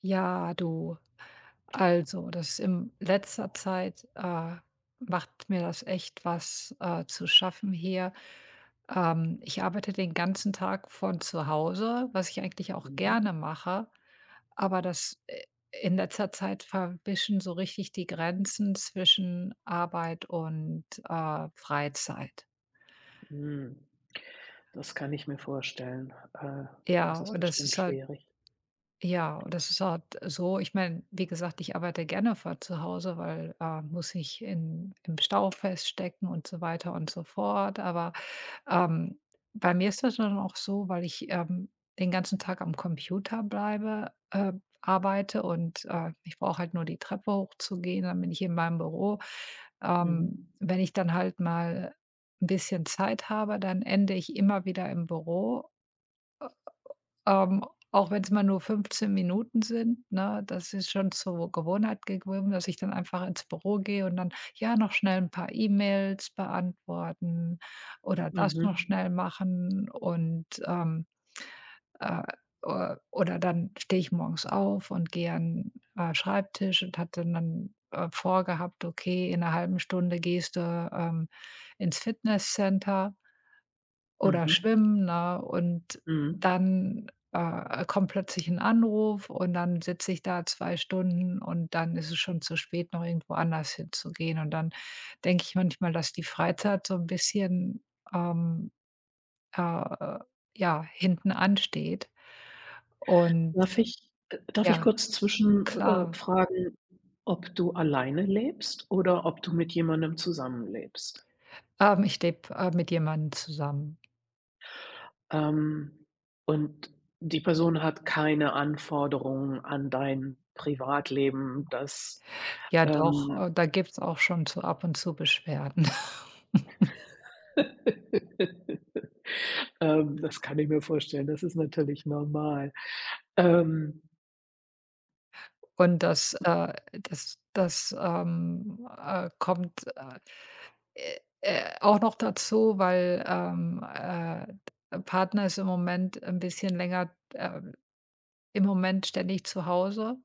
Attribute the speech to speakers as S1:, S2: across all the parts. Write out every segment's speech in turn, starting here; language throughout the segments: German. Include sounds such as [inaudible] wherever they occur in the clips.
S1: Ja, du, also, das ist in letzter Zeit, macht mir das echt was, zu schaffen hier. Ich arbeite den ganzen Tag von zu Hause, was ich eigentlich auch
S2: Mhm.
S1: gerne mache, aber das, in letzter Zeit verwischen so richtig die Grenzen zwischen Arbeit und, Freizeit.
S2: Hm, das kann ich mir vorstellen. Das
S1: Ja,
S2: ist
S1: und das
S2: bestimmt
S1: ist halt
S2: schwierig.
S1: Ja, und das ist halt so, ich meine, wie gesagt, ich arbeite gerne von zu Hause, weil, muss ich in im Stau feststecken und so weiter und so fort. Aber, ähm, bei mir ist das dann auch so, weil ich, den ganzen Tag am Computer bleibe, arbeite und, ich brauche halt nur die Treppe hochzugehen, dann bin ich in meinem Büro.
S2: Mhm.
S1: Wenn ich dann halt mal ein bisschen Zeit habe, dann ende ich immer wieder im Büro, ähm, auch wenn es mal nur 15 Minuten sind, ne? Das ist schon zur Gewohnheit geworden, dass ich dann einfach ins Büro gehe und dann, ja, noch schnell ein paar E-Mails beantworten oder das noch
S2: Mhm.
S1: schnell machen und, äh, o oder dann stehe ich morgens auf und gehe an, Schreibtisch und hatte dann, vorgehabt: „Okay, in einer halben Stunde gehst du, ähm, ins Fitnesscenter.“ Oder
S2: Mhm.
S1: schwimmen, ne? Und
S2: Mhm.
S1: dann, kommt plötzlich ein Anruf und dann sitze ich da 2 Stunden und dann ist es schon zu spät, noch irgendwo anders hinzugehen. Und dann denke ich manchmal, dass die Freizeit so ein bisschen, ähm, äh, ja, hinten ansteht. Und
S2: Darf ich
S1: ja,
S2: kurz zwischen
S1: klar.
S2: fragen, ob du alleine lebst oder ob du mit jemandem zusammenlebst?
S1: Ich lebe, mit jemandem zusammen.
S2: Ähm, und die Person hat keine Anforderungen an dein Privatleben, dass,
S1: Ja doch,
S2: ähm,
S1: da gibt's auch schon so ab und zu Beschwerden. [laughs]
S2: [laughs] Das kann ich mir vorstellen. Das ist natürlich normal. Ähm,
S1: Und das, das, kommt, auch noch dazu, weil, Partner ist im Moment ein bisschen länger, im Moment ständig zu Hause,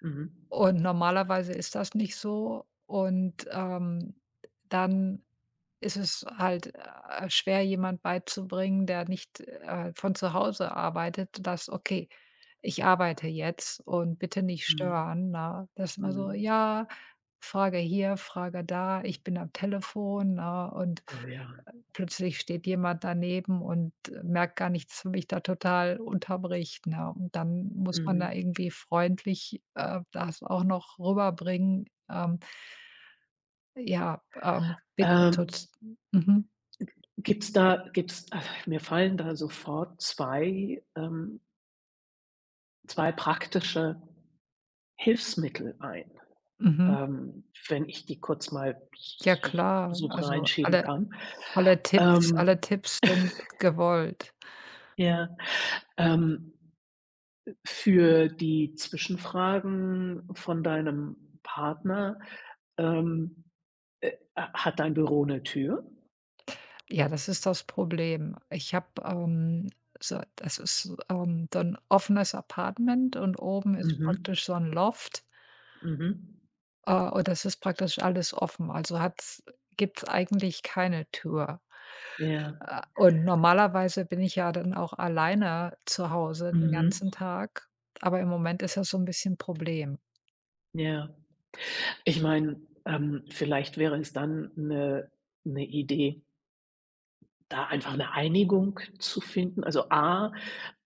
S2: mhm,
S1: und normalerweise ist das nicht so und, dann ist es halt, schwer, jemand beizubringen, der nicht, von zu Hause arbeitet, dass: „Okay, ich arbeite jetzt und bitte nicht
S2: mhm,
S1: stören“, ne? Das ist immer so,
S2: mhm.
S1: ja, Frage hier, Frage da, ich bin am Telefon, ne? Und
S2: Oh ja,
S1: plötzlich steht jemand daneben und merkt gar nicht, dass man mich da total unterbricht, ne? Und dann muss man da
S2: mhm.
S1: irgendwie freundlich, das auch noch rüberbringen, ja, bitte
S2: Ähm,
S1: tut's mhm,
S2: gibt's also mir fallen da sofort 2 2 praktische Hilfsmittel ein,
S1: mhm.
S2: wenn ich die kurz mal
S1: Ja
S2: so
S1: klar,
S2: so
S1: also
S2: reinschieben kann.
S1: alle
S2: Ähm,
S1: Tipps sind gewollt.
S2: ja, ähm für die Zwischenfragen von deinem Partner, ähm, hat dein Büro 'ne Tür?
S1: Ja, das ist das Problem. Ich habe, so das ist, so 'n offenes Apartment und oben ist
S2: Mhm,
S1: praktisch so ein Loft,
S2: mhm.
S1: und das ist praktisch alles offen. Also hat's Gibt's eigentlich keine Tür.
S2: Ja,
S1: Und normalerweise bin ich ja dann auch alleine zu Hause den
S2: mhm,
S1: ganzen Tag, aber im Moment ist das so ein bisschen ein Problem.
S2: ja. Ich meine, vielleicht wäre es dann 'ne Idee, da einfach 'ne Einigung zu finden. Also, A,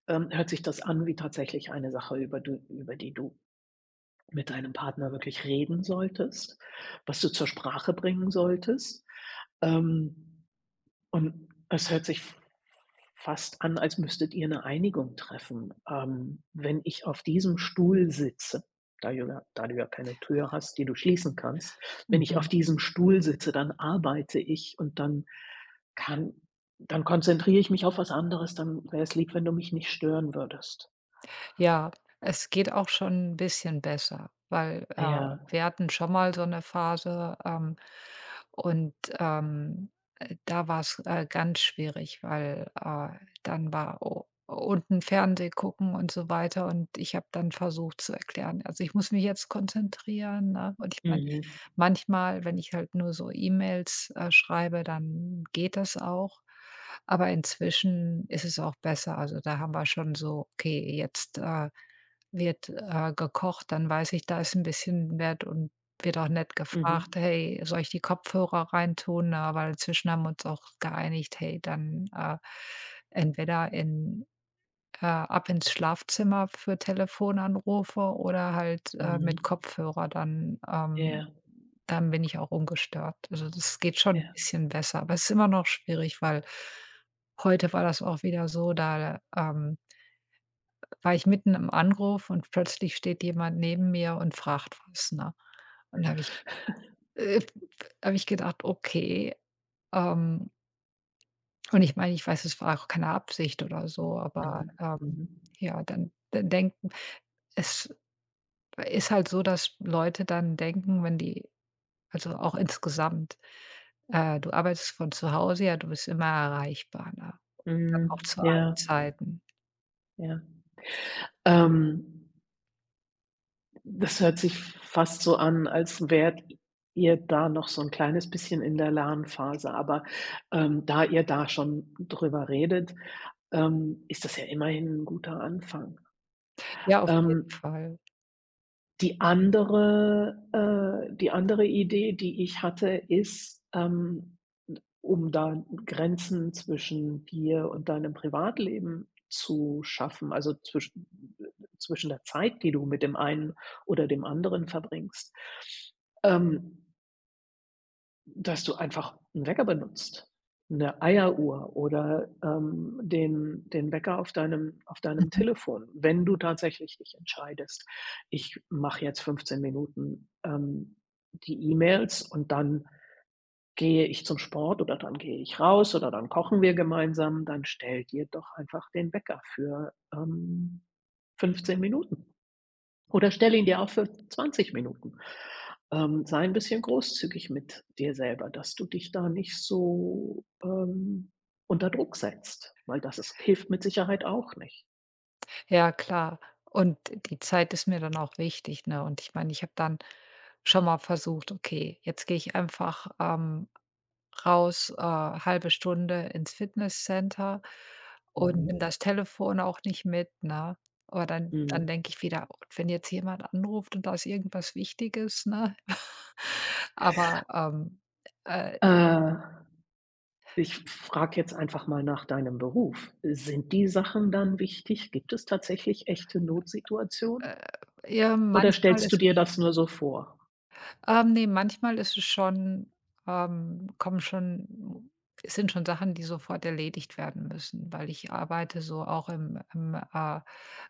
S2: hört sich das an wie tatsächlich eine Sache, über die du mit deinem Partner wirklich reden solltest, was du zur Sprache bringen solltest. Ähm Und es hört sich fast an, als müsstet ihr 'ne Einigung treffen. Wenn ich auf diesem Stuhl sitze, da du ja keine Tür hast, die du schließen kannst, wenn ich auf
S1: Mhm.
S2: diesem Stuhl sitze, dann arbeite ich und kann dann konzentriere ich mich auf was anderes, dann wäre es lieb, wenn du mich nicht stören würdest.
S1: Ja, es geht auch schon ein bisschen besser, weil,
S2: Ja.
S1: wir hatten schon mal so eine Phase, und, da war's, ganz schwierig, weil, dann war u unten Fernseh gucken und so weiter und ich habe dann versucht zu erklären: „Also, ich muss mich jetzt konzentrieren“, ne? Und ich meine,
S2: Mhm.
S1: manchmal, wenn ich halt nur so E-Mails, schreibe, dann geht das auch. Aber inzwischen ist es auch besser. Also, da haben wir schon so: „Okay, jetzt, wird, gekocht, dann weiß ich, da ist ein bisschen nett und wird auch nett gefragt:
S2: Mhm.
S1: „Hey, soll ich die Kopfhörer reintun?“ Na, weil inzwischen haben wir uns auch geeinigt: „Hey, dann, entweder in ab ins Schlafzimmer für Telefonanrufe oder halt, mit
S2: Mhm.
S1: Kopfhörer, dann
S2: Ja,
S1: dann bin ich auch ungestört.“ Also, das geht schon ein
S2: ja.
S1: bisschen besser, aber es ist immer noch schwierig, weil heute war das auch wieder so, da, war ich mitten im Anruf und plötzlich steht jemand neben mir und fragt was, ne? Und da habe ich, äh, habe ich gedacht: „Okay“, ähm, und ich meine, ich weiß, es war auch keine Absicht oder so, aber,
S2: Mhm. Mhm.
S1: ja, dann denken, es ist halt so, dass Leute dann denken, wenn die, also auch insgesamt, du arbeitest von zu Hause, ja, du bist immer erreichbar, ne? Und dann
S2: Mhm.
S1: auch zu allen
S2: Ja,
S1: Zeiten.
S2: ja. Ähm Das hört sich fast so an, als wärt ihr da noch so 'n kleines bisschen in der Lernphase. Aber, da ihr da schon drüber redet, ist das ja immerhin 'n guter Anfang.
S1: Ja, auf jeden
S2: Ähm
S1: Fall.
S2: die andere Die andere Idee, die ich hatte, ist, um da Grenzen zwischen dir und deinem Privatleben zu schaffen, also zwischen der Zeit, die du mit dem einen oder dem anderen verbringst. Ähm Dass du einfach 'n Wecker benutzt, 'ne Eieruhr oder, den Wecker auf deinem
S1: Mhm.
S2: Telefon, wenn du tatsächlich dich entscheidest: „Ich mache jetzt 15 Minuten, die E-Mails und dann gehe ich zum Sport oder dann gehe ich raus oder dann kochen wir gemeinsam“, dann stell dir doch einfach den Wecker für, 15 Minuten. Oder stell ihn dir auch für 20 Minuten. Sei ein bisschen großzügig mit dir selber, dass du dich da nicht so, unter Druck setzt, weil das ist hilft mit Sicherheit auch nicht.
S1: Ja, klar. Und die Zeit ist mir dann auch wichtig, ne? Und ich meine, ich habe dann schon mal versucht, okay, jetzt gehe ich einfach, raus, halbe Stunde ins Fitnesscenter und nimm
S2: Mhm.
S1: das Telefon auch nicht mit, ne? Aber dann
S2: Mhm.
S1: denke ich wieder: „Und wenn jetzt jemand anruft und da ist irgendwas Wichtiges“, ne? [laughs] Aber, äh,
S2: Äh, Ich frage jetzt einfach mal nach deinem Beruf. Sind die Sachen dann wichtig? Gibt es tatsächlich echte Notsituationen
S1: äh, ja,
S2: oder
S1: manchmal
S2: stellst du
S1: ist
S2: dir
S1: es
S2: das nur so vor?
S1: Ne, manchmal ist es schon, kommen schon, es sind schon Sachen, die sofort erledigt werden müssen, weil ich arbeite so auch im,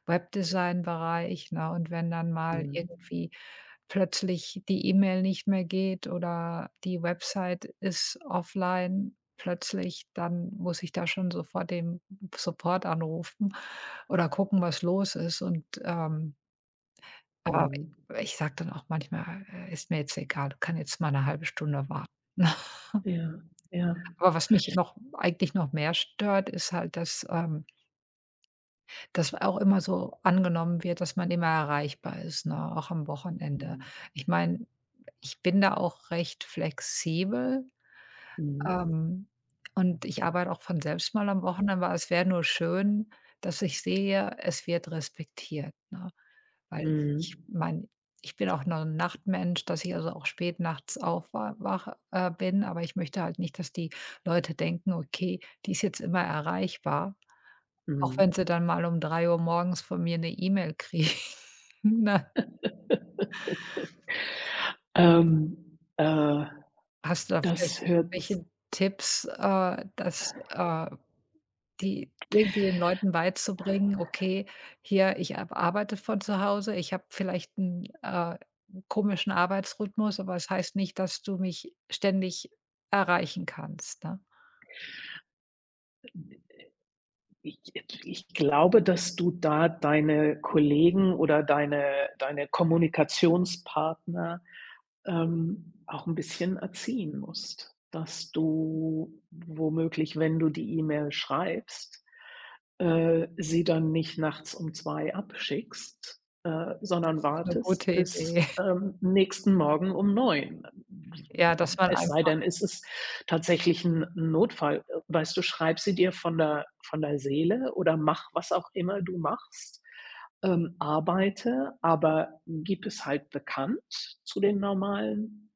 S1: Webdesign-Bereich, ne? Und wenn dann mal
S2: Mhm.
S1: irgendwie plötzlich die E-Mail nicht mehr geht oder die Website ist offline plötzlich, dann muss ich da schon sofort den Support anrufen oder gucken, was los ist und, aber
S2: Mhm.
S1: ich sage dann auch manchmal: ist mir jetzt egal, kann jetzt mal eine halbe Stunde warten.“ [laughs]
S2: Ja, ja.
S1: Aber was mich noch, eigentlich noch mehr stört, ist halt, dass, dass auch immer so angenommen wird, dass man immer erreichbar ist, ne, auch am Wochenende.
S2: Mhm.
S1: Ich meine, ich bin da auch recht flexibel,
S2: Mhm.
S1: ähm, und ich arbeite auch von selbst mal am Wochenende, aber es wäre nur schön, dass ich sehe, es wird respektiert, ne? Weil ich
S2: Mhm.
S1: meine, ich bin auch noch ein Nachtmensch, dass ich also auch spät nachts aufwa bin, aber ich möchte halt nicht, dass die Leute denken: „Okay, die ist jetzt immer erreichbar“, auch
S2: Mhm.
S1: wenn sie dann mal um drei Uhr morgens von mir eine E-Mail kriegen, [laughs] ne?
S2: Ähm, äh,
S1: Hast du da vielleicht
S2: das hört
S1: irgendwelche Tipps, dass, die irgendwie den Leuten beizubringen: „Okay, hier, ich ab arbeite von zu Hause. Ich habe vielleicht einen, komischen Arbeitsrhythmus, aber es heißt nicht, dass du mich ständig erreichen kannst“, ne?
S2: ich ich glaube, dass du da deine Kollegen oder deine Kommunikationspartner auch ein bisschen erziehen musst, dass du womöglich, wenn du die E-Mail schreibst, sie dann nicht nachts um 2 abschickst, sondern
S1: Das ist eine
S2: wartest
S1: gute Idee.
S2: bis,
S1: [laughs]
S2: nächsten Morgen um 9.
S1: Ja, dass man
S2: Es sei
S1: einfach
S2: denn, es ist tatsächlich ein Notfall. Weißt du, schreib sie dir von der Seele oder mach was auch immer du machst. Arbeite, aber gib es halt bekannt zu den normalen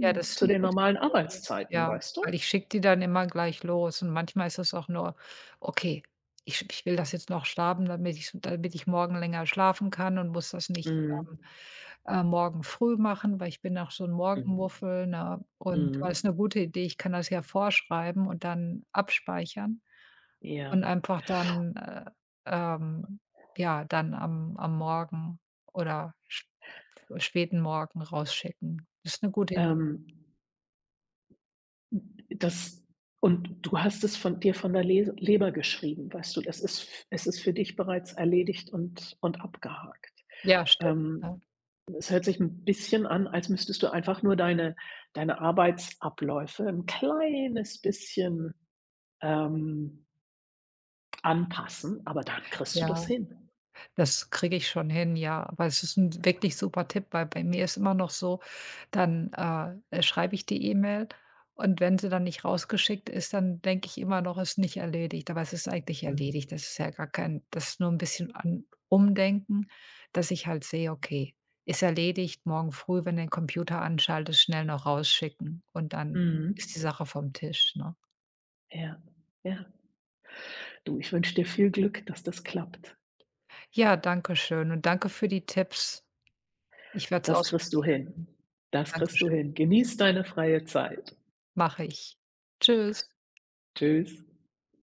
S1: Ja, das ist
S2: zu
S1: 'ne
S2: den
S1: gute
S2: normalen
S1: Idee.
S2: Arbeitszeiten,
S1: Ja,
S2: weißt du?
S1: weil ich schicke die dann immer gleich los und manchmal ist es auch nur: „Okay, ich will das jetzt noch schlafen, damit ich morgen länger schlafen kann und muss das nicht,
S2: Mhm.
S1: ähm, morgen früh machen“, weil ich bin auch so 'n
S2: Mhm.
S1: Morgenmuffel, ne? Und aber ist
S2: Mhm.
S1: 'ne gute Idee, ich kann das ja vorschreiben und dann abspeichern und
S2: Ja.
S1: einfach dann, ähm, ja, dann am Morgen oder sp späten Morgen rausschicken. Ist 'ne gute
S2: Ähm, das und du hast es von dir von der Les Leber geschrieben, weißt du? Es ist f es ist für dich bereits erledigt und abgehakt.
S1: Ja, stimmt, ne?
S2: Ähm, Es hört sich ein bisschen an, als müsstest du einfach nur deine Arbeitsabläufe ein kleines bisschen, ähm anpassen, aber dann kriegst du das
S1: Ja,
S2: hin.
S1: das kriege ich schon hin, ja. Aber es ist 'n wirklich super Tipp, weil bei mir ist immer noch so, dann, schreibe ich die E-Mail und wenn sie dann nicht rausgeschickt ist, dann denke ich immer noch, ist nicht erledigt. Aber es ist eigentlich
S2: Mhm.
S1: erledigt. Das ist ja gar kein, das ist nur 'n bisschen an Umdenken, dass ich halt sehe: „Okay, ist erledigt, morgen früh, wenn du den Computer anschaltest, schnell noch rausschicken und dann ist
S2: Mhm.
S1: die Sache vom Tisch“, ne?
S2: Ja, ja. Du, ich wünsche dir viel Glück, dass das klappt.
S1: Ja, danke schön und danke für die Tipps. Ich werde es
S2: Das kriegst du
S1: ausprobieren.
S2: hin. Das kriegst du
S1: Dankeschön.
S2: hin. Genieß deine freie Zeit.
S1: Mache ich. Tschüss.
S2: Tschüss.